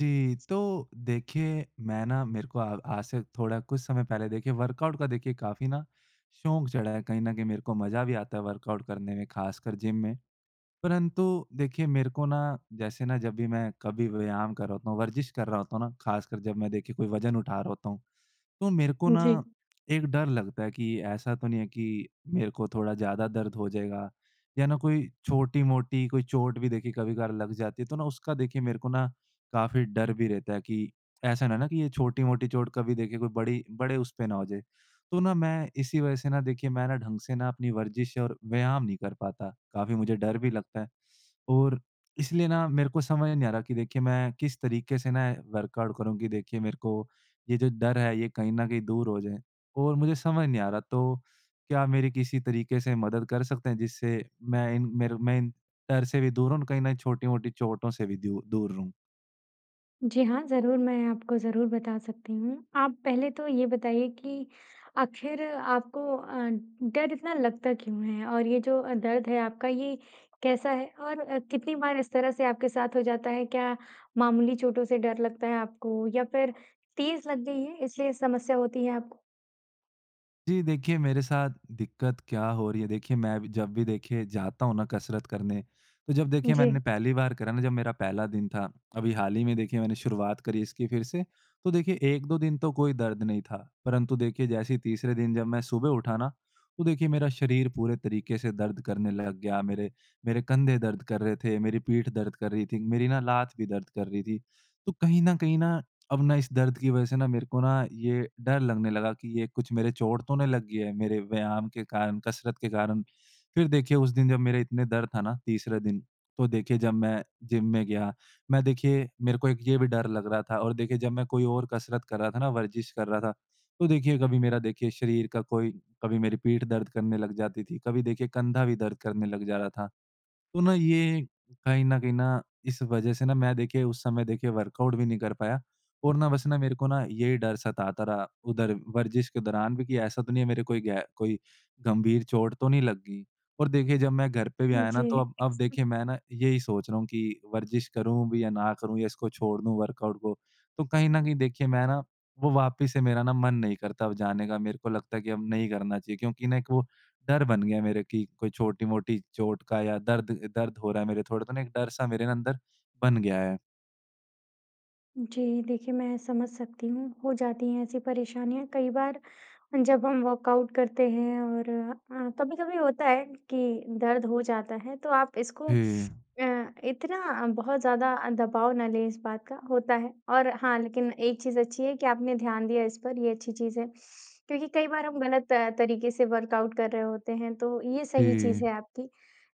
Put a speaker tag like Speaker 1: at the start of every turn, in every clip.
Speaker 1: जी, तो देखिए मैं ना मेरे को आ आज से थोड़ा कुछ समय पहले देखिए वर्कआउट का देखिए काफ़ी ना शौक चढ़ा है। कहीं न कहीं मेरे को मज़ा भी आता है वर्कआउट करने में, ख़ासकर जिम में। परंतु देखिए मेरे को ना, जैसे ना, जब भी मैं कभी व्यायाम कर रहा होता हूँ, वर्जिश कर रहा होता हूँ ना, ख़ासकर जब मैं देखिए कोई वज़न उठा रहा होता हूँ। तो मेरे को ना
Speaker 2: जी।
Speaker 1: एक डर लगता है कि ऐसा तो नहीं है कि मेरे को थोड़ा ज़्यादा दर्द हो जाएगा, या ना कोई छोटी-मोटी कोई चोट भी देखिए कभी-कभार लग जाती है, तो ना उसका देखिए मेरे को ना काफ़ी डर भी रहता है कि ऐसा ना ना कि ये छोटी-मोटी चोट कभी देखिए कोई बड़ी बड़े उस पे ना हो जाए। तो ना मैं इसी वज़ह से ना देखिए मैं ना ढंग से ना अपनी वर्जिश और व्यायाम नहीं कर पाता, काफ़ी मुझे डर भी लगता है। और इसलिए ना मेरे को समझ नहीं आ रहा कि देखिए मैं किस तरीके से ना वर्कआउट करूँ कि देखिए मेरे को ये जो डर है ये कहीं न कहीं दूर हो जाए। और मुझे समझ नहीं आ रहा, तो क्या आप मेरी किसी तरीके से मदद कर सकते हैं जिससे मैं इन मेरे मैं इन डर से भी दूर हूँ और कहीं न छोटी-मोटी चोटों से भी दू दूर रहूँ?
Speaker 2: जी हाँ, ज़रूर मैं आपको ज़रूर बता सकती हूँ। आप पहले तो ये बताइए कि आखिर आपको डर इतना लगता क्यों है? और ये जो दर्द है आपका ये कैसा है? और कितनी बार इस तरह से आपके साथ हो जाता है? क्या मामूली चोटों से डर लगता है आपको या फिर तेज़ लग गई है इसलिए समस्या होती है आपको?
Speaker 1: जी, देखिए मेरे साथ दिक्कत क्या हो रही है, देखिए मैं भी जब भी देखिए जाता हूँ ना कसरत करने, तो जब देखिए
Speaker 2: जी।
Speaker 1: मैंने पहली बार करा ना, जब मेरा पहला दिन था, अभी हाल ही में देखिए मैंने शुरुआत करी इसकी फिर से, तो देखिए 1-2 दिन तो कोई दर्द नहीं था। परंतु देखिए जैसे ही तीसरे दिन जब मैं सुबह उठा ना, तो देखिए मेरा शरीर पूरे तरीके से दर्द करने लग गया, मेरे मेरे कंधे दर्द कर रहे थे, मेरी पीठ दर्द कर रही थी, मेरी ना लात भी दर्द कर रही थी। तो कहीं न कहीं ना अब ना इस दर्द की वजह से ना मेरे को ना ये डर लगने लगा कि ये कुछ मेरे चोट तो नहीं लगी है, मेरे व्यायाम के कारण, कसरत के कारण। फिर देखिए उस दिन जब मेरे इतने दर्द था ना तीसरे दिन, तो देखिए जब मैं जिम में गया, मैं देखिए मेरे को एक ये भी डर लग रहा था, और देखिए जब मैं कोई और कसरत कर रहा था ना, वर्जिश कर रहा था, तो देखिए कभी मेरा देखिए शरीर का कोई, कभी मेरी पीठ दर्द करने लग जाती थी, कभी देखिए कंधा भी दर्द करने लग जा रहा था। तो ना ये कहीं न कहीं ना इस वज़ह से ना मैं देखिए उस समय देखिए वर्कआउट भी नहीं कर पाया, और ना बस ना मेरे को ना यही डर सताता रहा उधर वर्जिश के दौरान भी कि ऐसा तो नहीं है मेरे कोई गंभीर चोट तो नहीं लग गई। और देखिए जब मैं घर पे भी आया ना, तो
Speaker 2: जी।
Speaker 1: अब देखिए मैं ना यही सोच रहा हूँ कि वर्जिश करूँ भी या ना करूँ, या इसको छोड़ दूँ वर्कआउट को। तो कहीं न कहीं देखिए मैं ना वो वापस से मेरा ना मन नहीं करता अब जाने का, मेरे को लगता है कि अब नहीं करना चाहिए, क्योंकि ना एक वो डर बन गया मेरे कि कोई छोटी-मोटी चोट का या दर्द दर्द हो रहा है मेरे थोड़ा, तो ना एक डर सा मेरे ना अंदर बन गया है।
Speaker 2: जी, देखिए मैं समझ सकती हूँ, हो जाती हैं ऐसी परेशानियाँ। कई बार जब हम वर्कआउट करते हैं और कभी-कभी होता है कि दर्द हो जाता है तो आप इसको
Speaker 1: जी,
Speaker 2: अ, इतना बहुत ज़्यादा दबाव ना लें इस बात का, होता है। और हाँ, लेकिन एक चीज़ अच्छी है कि आपने ध्यान दिया इस पर, ये अच्छी चीज़ है। क्योंकि कई बार हम गलत तरीके से वर्कआउट कर रहे होते हैं तो ये सही
Speaker 1: जी।
Speaker 2: चीज़ है आपकी।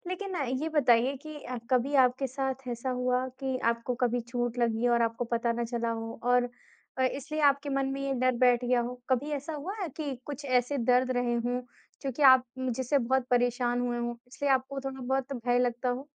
Speaker 2: लेकिन ये बताइए कि कभी आपके साथ ऐसा हुआ कि आपको कभी चोट लगी और आपको पता ना चला हो और इसलिए आपके मन में ये डर बैठ गया हो। कभी ऐसा हुआ है कि कुछ ऐसे दर्द रहे हों, जो कि आप जिससे बहुत परेशान हुए हों, इसलिए आपको थोड़ा बहुत भय लगता हो?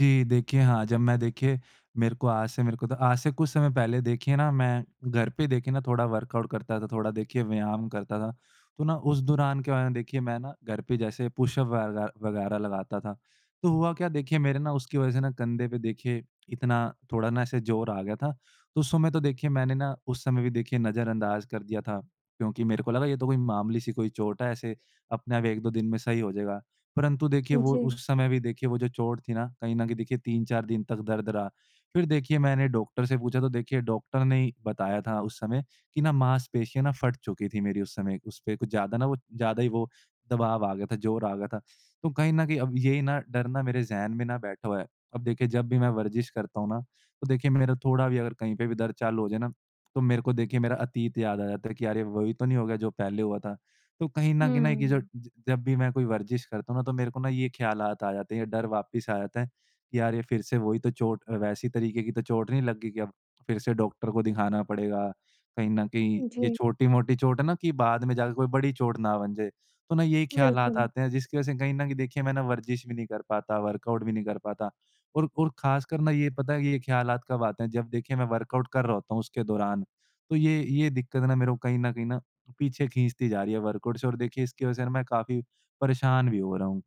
Speaker 1: जी, देखिए हाँ, जब मैं देखिए मेरे को आज से मेरे को तो आज से कुछ समय पहले देखिए ना मैं घर पे देखिए ना थोड़ा वर्कआउट करता था, थोड़ा देखिए व्यायाम करता था। तो ना उस दौरान क्या हुआ ना, देखिए मैं ना घर पे जैसे पुशअप वगैरह लगाता था। तो हुआ क्या, देखिए मेरे ना उसकी वज़ह से ना कंधे पे देखिए इतना थोड़ा ना ऐसे ज़ोर आ गया था। तो उस समय तो देखिए मैंने ना उस समय भी देखिए नज़रअंदाज कर दिया था, क्योंकि मेरे को लगा ये तो कोई मामूली सी कोई चोट है, ऐसे अपने आप 1-2 दिन में सही हो जाएगा। परंतु देखिए वो
Speaker 2: जी।
Speaker 1: उस समय भी देखिए वो जो चोट थी ना, कहीं न कहीं देखिए 3-4 दिन तक दर्द रहा। फिर देखिए मैंने डॉक्टर से पूछा, तो देखिए डॉक्टर ने ही बताया था उस समय कि ना मांसपेशियाँ ना फट चुकी थी मेरी उस समय, उस पे कुछ ज़्यादा ना वो ज़्यादा ही वो दबाव आ गया था, ज़ोर आ गया था। तो कहीं न कहीं अब ये ना डर ना मेरे ज़हन में ना बैठा हुआ है। अब देखिए जब भी मैं वर्जिश करता हूँ ना, तो देखिए मेरा थोड़ा भी अगर कहीं पे भी दर्द चालू हो जाए ना, तो मेरे को देखिए मेरा अतीत याद आ जाता है कि यार ये वही तो नहीं हो गया जो पहले हुआ था। तो कहीं न कहीं ना कि जो
Speaker 2: हुँ।
Speaker 1: ज जब भी मैं कोई वर्जिश करता हूँ ना, तो मेरे को ना ये ख़्यालात आ जाते हैं, ये डर वापस आ जाता है कि यार ये फिर से वही तो चोट वैसी तरीके की तो चोट नहीं लग गई कि अब फिर से डॉक्टर को दिखाना पड़ेगा। कहीं न कहीं ये
Speaker 2: जी,
Speaker 1: छोटी-मोटी चोट है ना कि बाद में जाके कोई बड़ी चोट ना बन जाए। तो ना यही ख़्यालात
Speaker 2: बिल्कुल।
Speaker 1: आते हैं, जिसकी वज़ह से कहीं न कहीं देखिए मैं ना वर्जिश भी नहीं कर पाता, वर्कआउट भी नहीं कर पाता। और ख़ासकर ना ये पता है कि ये ख़्यालात कब आते हैं, जब देखिए मैं वर्कआउट कर रहा होता हूँ उसके दौरान। तो ये दिक्कत ना मेरे को कहीं न कहीं ना पीछे खींचती जा रही है वर्कआउट से, और देखिए इसकी वजह से ना मैं काफ़ी परेशान भी हो रहा हूँ।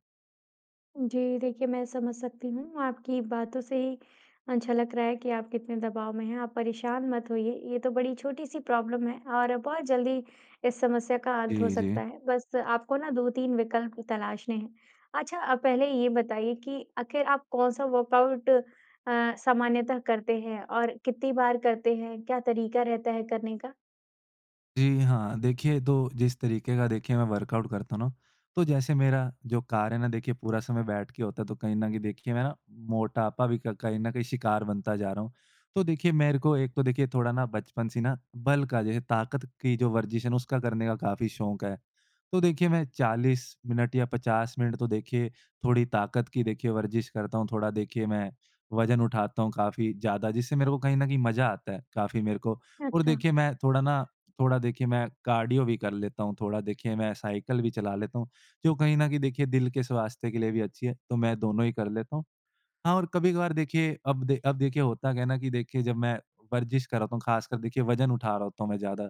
Speaker 2: जी, देखिए मैं समझ सकती हूँ। आपकी बातों से ही झलक रहा है कि आप कितने दबाव में हैं। आप परेशान मत होइए, ये तो बड़ी छोटी-सी प्रॉब्लम है और बहुत जल्दी इस समस्या का अंत हो
Speaker 1: जी, जी।
Speaker 2: सकता है। बस आपको ना 2-3 विकल्प तलाशने हैं। अच्छा पहले ये बताइए कि आखिर आप कौन-सा वर्कआउट सामान्यतः करते हैं और कितनी बार करते हैं? क्या तरीका रहता है करने का?
Speaker 1: जी हाँ, देखिए तो जिस तरीके का देखिए मैं वर्कआउट करता हूँ ना, तो जैसे मेरा जो कार्य है ना देखिए पूरा समय बैठ के होता है, तो कहीं न कहीं देखिए मैं ना मोटापा भी क कहीं न कहीं शिकार बनता जा रहा हूँ। तो देखिए मेरे को एक तो देखिए थोड़ा ना बचपन से ना बल का जैसे ताकत की जो वर्जिश है ना उसका करने का काफ़ी शौक है। तो देखिए मैं 40 मिनट या 50 मिनट तो देखिए थोड़ी ताकत की देखिए वर्जिश करता हूँ, थोड़ा देखिए मैं वज़न उठाता हूँ काफ़ी ज़्यादा, जिससे मेरे को कहीं न कहीं मज़ा आता है काफ़ी मेरे को। और
Speaker 2: अच्छा।
Speaker 1: देखिए मैं थोड़ा ना थोड़ा देखिए मैं कार्डियो भी कर लेता हूँ, थोड़ा देखिए मैं साइकिल भी चला लेता हूँ, जो कहीं न कहीं देखिए दिल के स्वास्थ्य के लिए भी अच्छी है, तो मैं दोनों ही कर लेता हूँ। हाँ, और कभी-कभार देखिए अब देखिए होता क्या है ना कि देखिए जब मैं वर्जिश कर रहा होता हूँ, ख़ासकर देखिए वज़न उठा रहा होता हूँ मैं ज़्यादा,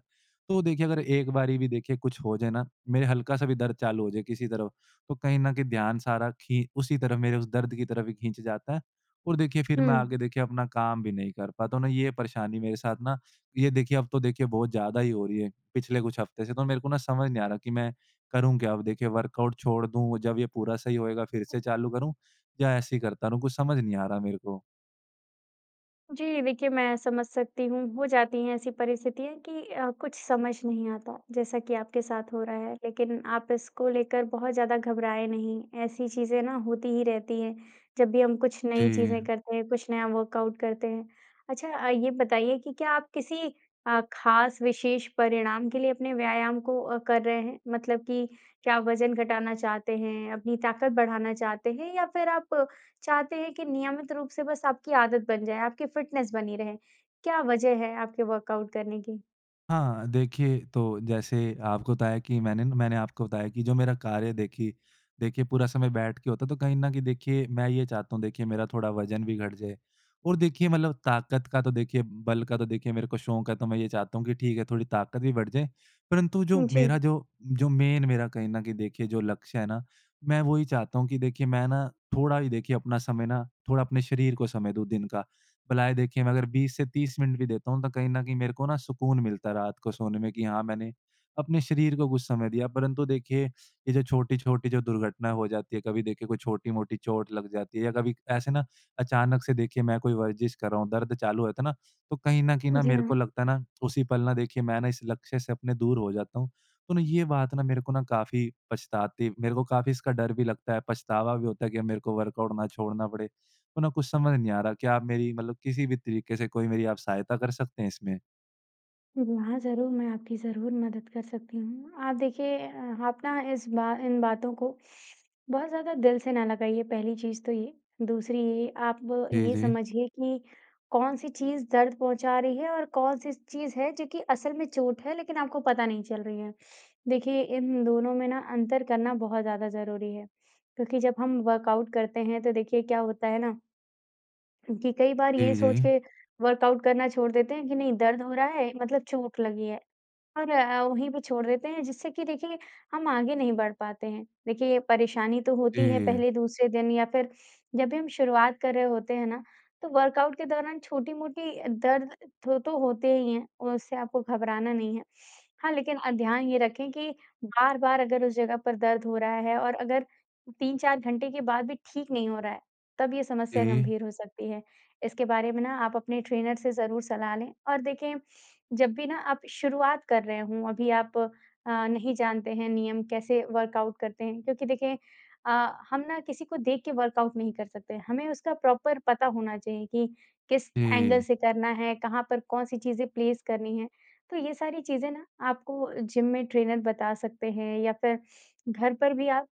Speaker 1: तो देखिए अगर एक बारी भी देखिए कुछ हो जाए ना, मेरे हल्का-सा भी दर्द चालू हो जाए किसी तरफ, तो कहीं न कहीं ध्यान सारा खी उसी तरफ, मेरे उस दर्द की तरफ ही खींच जाता है, और देखिए फिर
Speaker 2: हुँ।
Speaker 1: मैं आगे देखिए अपना काम भी नहीं कर पाता हूँ ना, ये परेशानी मेरे साथ ना ये देखिए अब तो देखिए बहुत ज़्यादा ही हो रही है पिछले कुछ हफ़्ते से, तो मेरे को ना समझ नहीं आ रहा कि मैं करूँ क्या, अब देखिए वर्कआउट छोड़ दूँ, जब ये पूरा सही होएगा फिर से चालू करूँ, या ऐसे ही करता रहूँ? कुछ समझ नहीं आ रहा मेरे को।
Speaker 2: जी, देखिए मैं समझ सकती हूँ, हो जाती हैं ऐसी परिस्थितियाँ कि कुछ समझ नहीं आता, जैसा कि आपके साथ हो रहा है। लेकिन आप इसको लेकर बहुत ज़्यादा घबराएँ नहीं, ऐसी चीज़ें ना होती ही रहती हैं, जब भी हम कुछ
Speaker 1: जी।
Speaker 2: नई चीज़ें करते हैं, कुछ नया वर्कआउट करते हैं। अच्छा ये बताइए कि क्या आप किसी खास विशेष परिणाम के लिए अपने व्यायाम को कर रहे हैं? मतलब कि क्या आप वज़न घटाना चाहते हैं, अपनी ताकत बढ़ाना चाहते हैं या फिर आप चाहते हैं कि नियमित रूप से बस आपकी आदत बन जाए, आपकी फ़िटनेस बनी रहे। क्या वजह है आपके वर्कआउट करने की?
Speaker 1: हाँ, देखिए, तो जैसे आपको बताया कि मैंने न मैंने आपको बताया कि जो मेरा कार्य देखिए देखिए पूरा समय बैठ के होता है, तो कहीं न कहीं देखिए मैं ये चाहता हूँ, देखिए मेरा थोड़ा वज़न भी घट जाए। और देखिए मतलब ताकत का तो देखिए बल का तो देखिए मेरे को शौक है, तो मैं ये चाहता हूँ कि ठीक है थोड़ी ताकत भी बढ़ जाए। परंतु जो
Speaker 2: जी,
Speaker 1: मेरा जो जो मेन मेरा कहीं न कहीं देखिए जो लक्ष्य है ना, मैं वो ही चाहता हूँ कि देखिए मैं ना थोड़ा ही देखिए अपना समय ना थोड़ा अपने शरीर को समय दूँ दिन का। भलाए देखिए मैं अगर 20 से 30 मिनट भी देता हूँ, तो कहीं न कहीं मेरे को ना सुकून मिलता है रात को सोने में कि हाँ, मैंने अपने शरीर को कुछ समय दिया। परंतु देखिए, ये जो छोटी-छोटी जो दुर्घटना हो जाती है, कभी देखिए कोई छोटी-मोटी चोट लग जाती है या कभी ऐसे ना अचानक से देखिए मैं कोई वर्जिश कर रहा हूँ, दर्द चालू रहता है ना, तो कहीं न कहीं ना
Speaker 2: जी
Speaker 1: मेरे को
Speaker 2: हाँ।
Speaker 1: लगता है ना उसी पल ना देखिए मैं ना इस लक्ष्य से अपने दूर हो जाता हूँ। तो ना ये बात ना मेरे को ना काफ़ी पछताती, मेरे को काफ़ी इसका डर भी लगता है, पछतावा भी होता है कि अब मेरे को वर्कआउट ना छोड़ना पड़े। तो ना कुछ समझ नहीं आ रहा। क्या आप मेरी मतलब किसी भी तरीके से कोई मेरी आप सहायता कर सकते हैं इसमें?
Speaker 2: हाँ, ज़रूर, मैं आपकी ज़रूर मदद कर सकती हूँ। आप देखिए आप ना इस बा इन बातों को बहुत ज़्यादा दिल से ना लगाइए, पहली चीज़ तो ये। दूसरी ये, आप
Speaker 1: जी,
Speaker 2: ये
Speaker 1: जी।
Speaker 2: समझिए कि कौन-सी चीज़ दर्द पहुँचा रही है और कौन-सी चीज़ है जो कि असल में चोट है, लेकिन आपको पता नहीं चल रही है। देखिए, इन दोनों में ना अंतर करना बहुत ज़्यादा ज़रूरी है, क्योंकि जब हम वर्कआउट करते हैं, तो देखिए क्या होता है ना कि कई बार ये
Speaker 1: जी, जी।
Speaker 2: सोच के वर्कआउट करना छोड़ देते हैं कि नहीं दर्द हो रहा है, मतलब चोट लगी है। और वहीं पे छोड़ देते हैं जिससे कि देखिए हम आगे नहीं बढ़ पाते हैं। देखिए परेशानी तो होती है
Speaker 1: जी,
Speaker 2: पहले दूसरे दिन या फिर जब भी हम शुरुआत कर रहे होते हैं ना, तो वर्कआउट के दौरान छोटी-मोटी दर्द तो होते ही हैं, उससे आपको घबराना नहीं है। हाँ, लेकिन ध्यान ये रखें कि बार-बार अगर उस जगह पर दर्द हो रहा है और अगर 3-4 घंटे के बाद भी ठीक नहीं हो रहा है, तब ये
Speaker 1: जी,
Speaker 2: समस्या
Speaker 1: जी।
Speaker 2: गंभीर हो सकती है। इसके बारे में ना आप अपने ट्रेनर से ज़रूर सलाह लें और देखें जब भी ना आप शुरुआत कर रहे हों, अभी आप नहीं जानते हैं नियम कैसे वर्कआउट करते हैं क्योंकि देखिए अ, हम ना किसी को देख के वर्कआउट नहीं कर सकते। हमें उसका प्रॉपर पता होना चाहिए कि किस एंगल से करना है, कहाँ पर कौन-सी चीज़ें प्लेस करनी है। तो ये सारी चीज़ें ना आपको जिम में ट्रेनर बता सकते हैं या फिर घर पर भी आप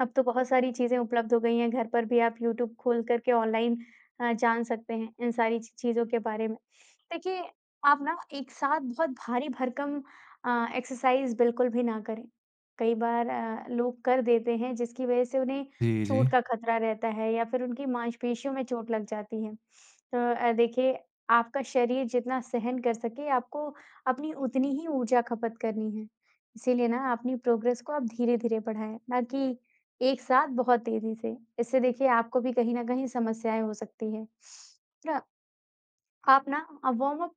Speaker 2: अब तो बहुत सारी चीज़ें उपलब्ध हो गई हैं, घर पर भी आप यूट्यूब खोल कर के ऑनलाइन जान सकते हैं इन सारी ची चीज़ों के बारे में। देखिए, आप ना एक साथ बहुत भारी भरकम एक्सरसाइज़ बिल्कुल भी ना करें। कई बार लोग कर देते हैं जिसकी वज़ह से उन्हें
Speaker 1: जी, जी।
Speaker 2: चोट का खतरा रहता है या फिर उनकी मांसपेशियों में चोट लग जाती है। तो देखिए आपका शरीर जितना सहन कर सके आपको अपनी उतनी ही ऊर्जा खपत करनी है। इसीलिए ना अपनी प्रोग्रेस को आप धीरे-धीरे बढ़ाएँ, ना कि एक साथ बहुत तेज़ी से। इससे देखिए आपको भी कहीं न कहीं समस्याएँ हो सकती हैं। ना आप ना वार्म अप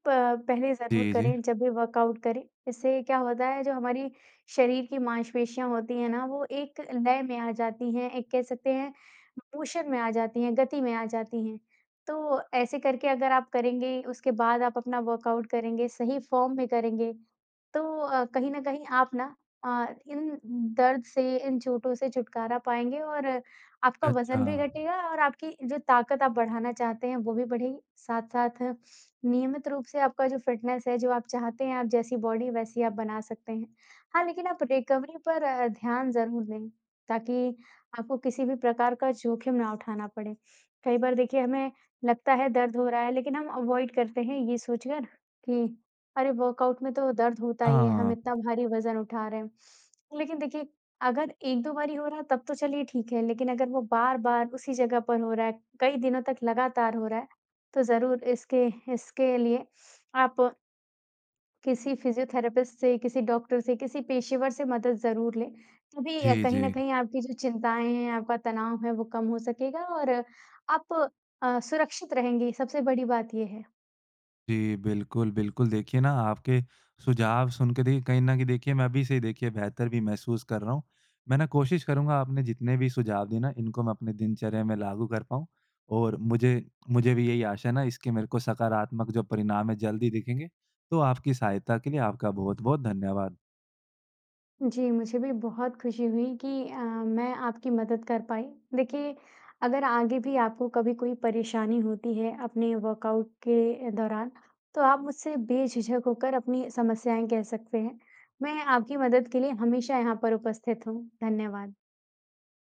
Speaker 2: पहले ज़रूर
Speaker 1: जी, जी।
Speaker 2: करें जब भी वर्कआउट करें। इससे क्या होता है जो हमारी शरीर की मांसपेशियाँ होती हैं ना वो एक लय में आ जाती हैं, एक कह सकते हैं मोशन में आ जाती हैं, गति में आ जाती हैं। तो ऐसे करके अगर आप करेंगे, उसके बाद आप अपना वर्कआउट करेंगे, सही फ़ॉर्म में करेंगे, तो कहीं न कहीं आप ना इन दर्द से, इन चोटों से छुटकारा पाएँगे और आपका
Speaker 1: अच्छा।
Speaker 2: वज़न भी घटेगा और आपकी जो ताकत आप बढ़ाना चाहते हैं वो भी बढ़ेगी। साथ-साथ नियमित रूप से आपका जो फ़िटनेस है, जो आप चाहते हैं, आप जैसी बॉडी वैसी आप बना सकते हैं। हाँ, लेकिन आप रिकवरी पर ध्यान ज़रूर दें, ताकि आपको किसी भी प्रकार का जोखिम ना उठाना पड़े। कई बार देखिए हमें लगता है दर्द हो रहा है, लेकिन हम अवॉइड करते हैं ये सोचकर कि अरे! वर्कआउट में तो दर्द होता ही है, हम
Speaker 1: हाँ।
Speaker 2: इतना भारी वज़न उठा रहे हैं। लेकिन देखिए, अगर 1-2 बारी हो रहा है तब तो चलिए ठीक है, लेकिन अगर वो बार-बार उसी जगह पर हो रहा है, कई दिनों तक लगातार हो रहा है, तो ज़रूर इसके इसके लिए आप किसी फ़िज़ियोथेरेपिस्ट से, किसी डॉक्टर से, किसी पेशेवर से मदद ज़रूर लें। तभी
Speaker 1: जी,
Speaker 2: कहीं न
Speaker 1: जी।
Speaker 2: कहीं आपकी जो चिंताएँ हैं, आपका तनाव है, वो कम हो सकेगा और आप सुरक्षित रहेंगी, सबसे बड़ी बात ये है।
Speaker 1: जी, बिल्कुल, बिल्कुल। देखिए ना, आपके सुझाव सुन के देखिए कहीं न कहीं देखिए मैं अभी से देखिए बेहतर भी महसूस कर रहा हूँ। मैं ना कोशिश करूँगा आपने जितने भी सुझाव दिए ना, इनको मैं अपने दिनचर्या में लागू कर पाऊँ, और मुझे मुझे भी यही आशा है ना इसके, मेरे को सकारात्मक जो परिणाम है जल्द ही दिखेंगे। तो आपकी सहायता के लिए आपका बहुत-बहुत धन्यवाद।
Speaker 2: जी, मुझे भी बहुत खुशी हुई कि मैं आपकी मदद कर पाई। देखिए, अगर आगे भी आपको कभी कोई परेशानी होती है अपने वर्कआउट के दौरान, तो आप मुझसे बेझिझक होकर अपनी समस्याएँ कह सकते हैं। मैं आपकी मदद के लिए हमेशा यहाँ पर उपस्थित हूँ। धन्यवाद।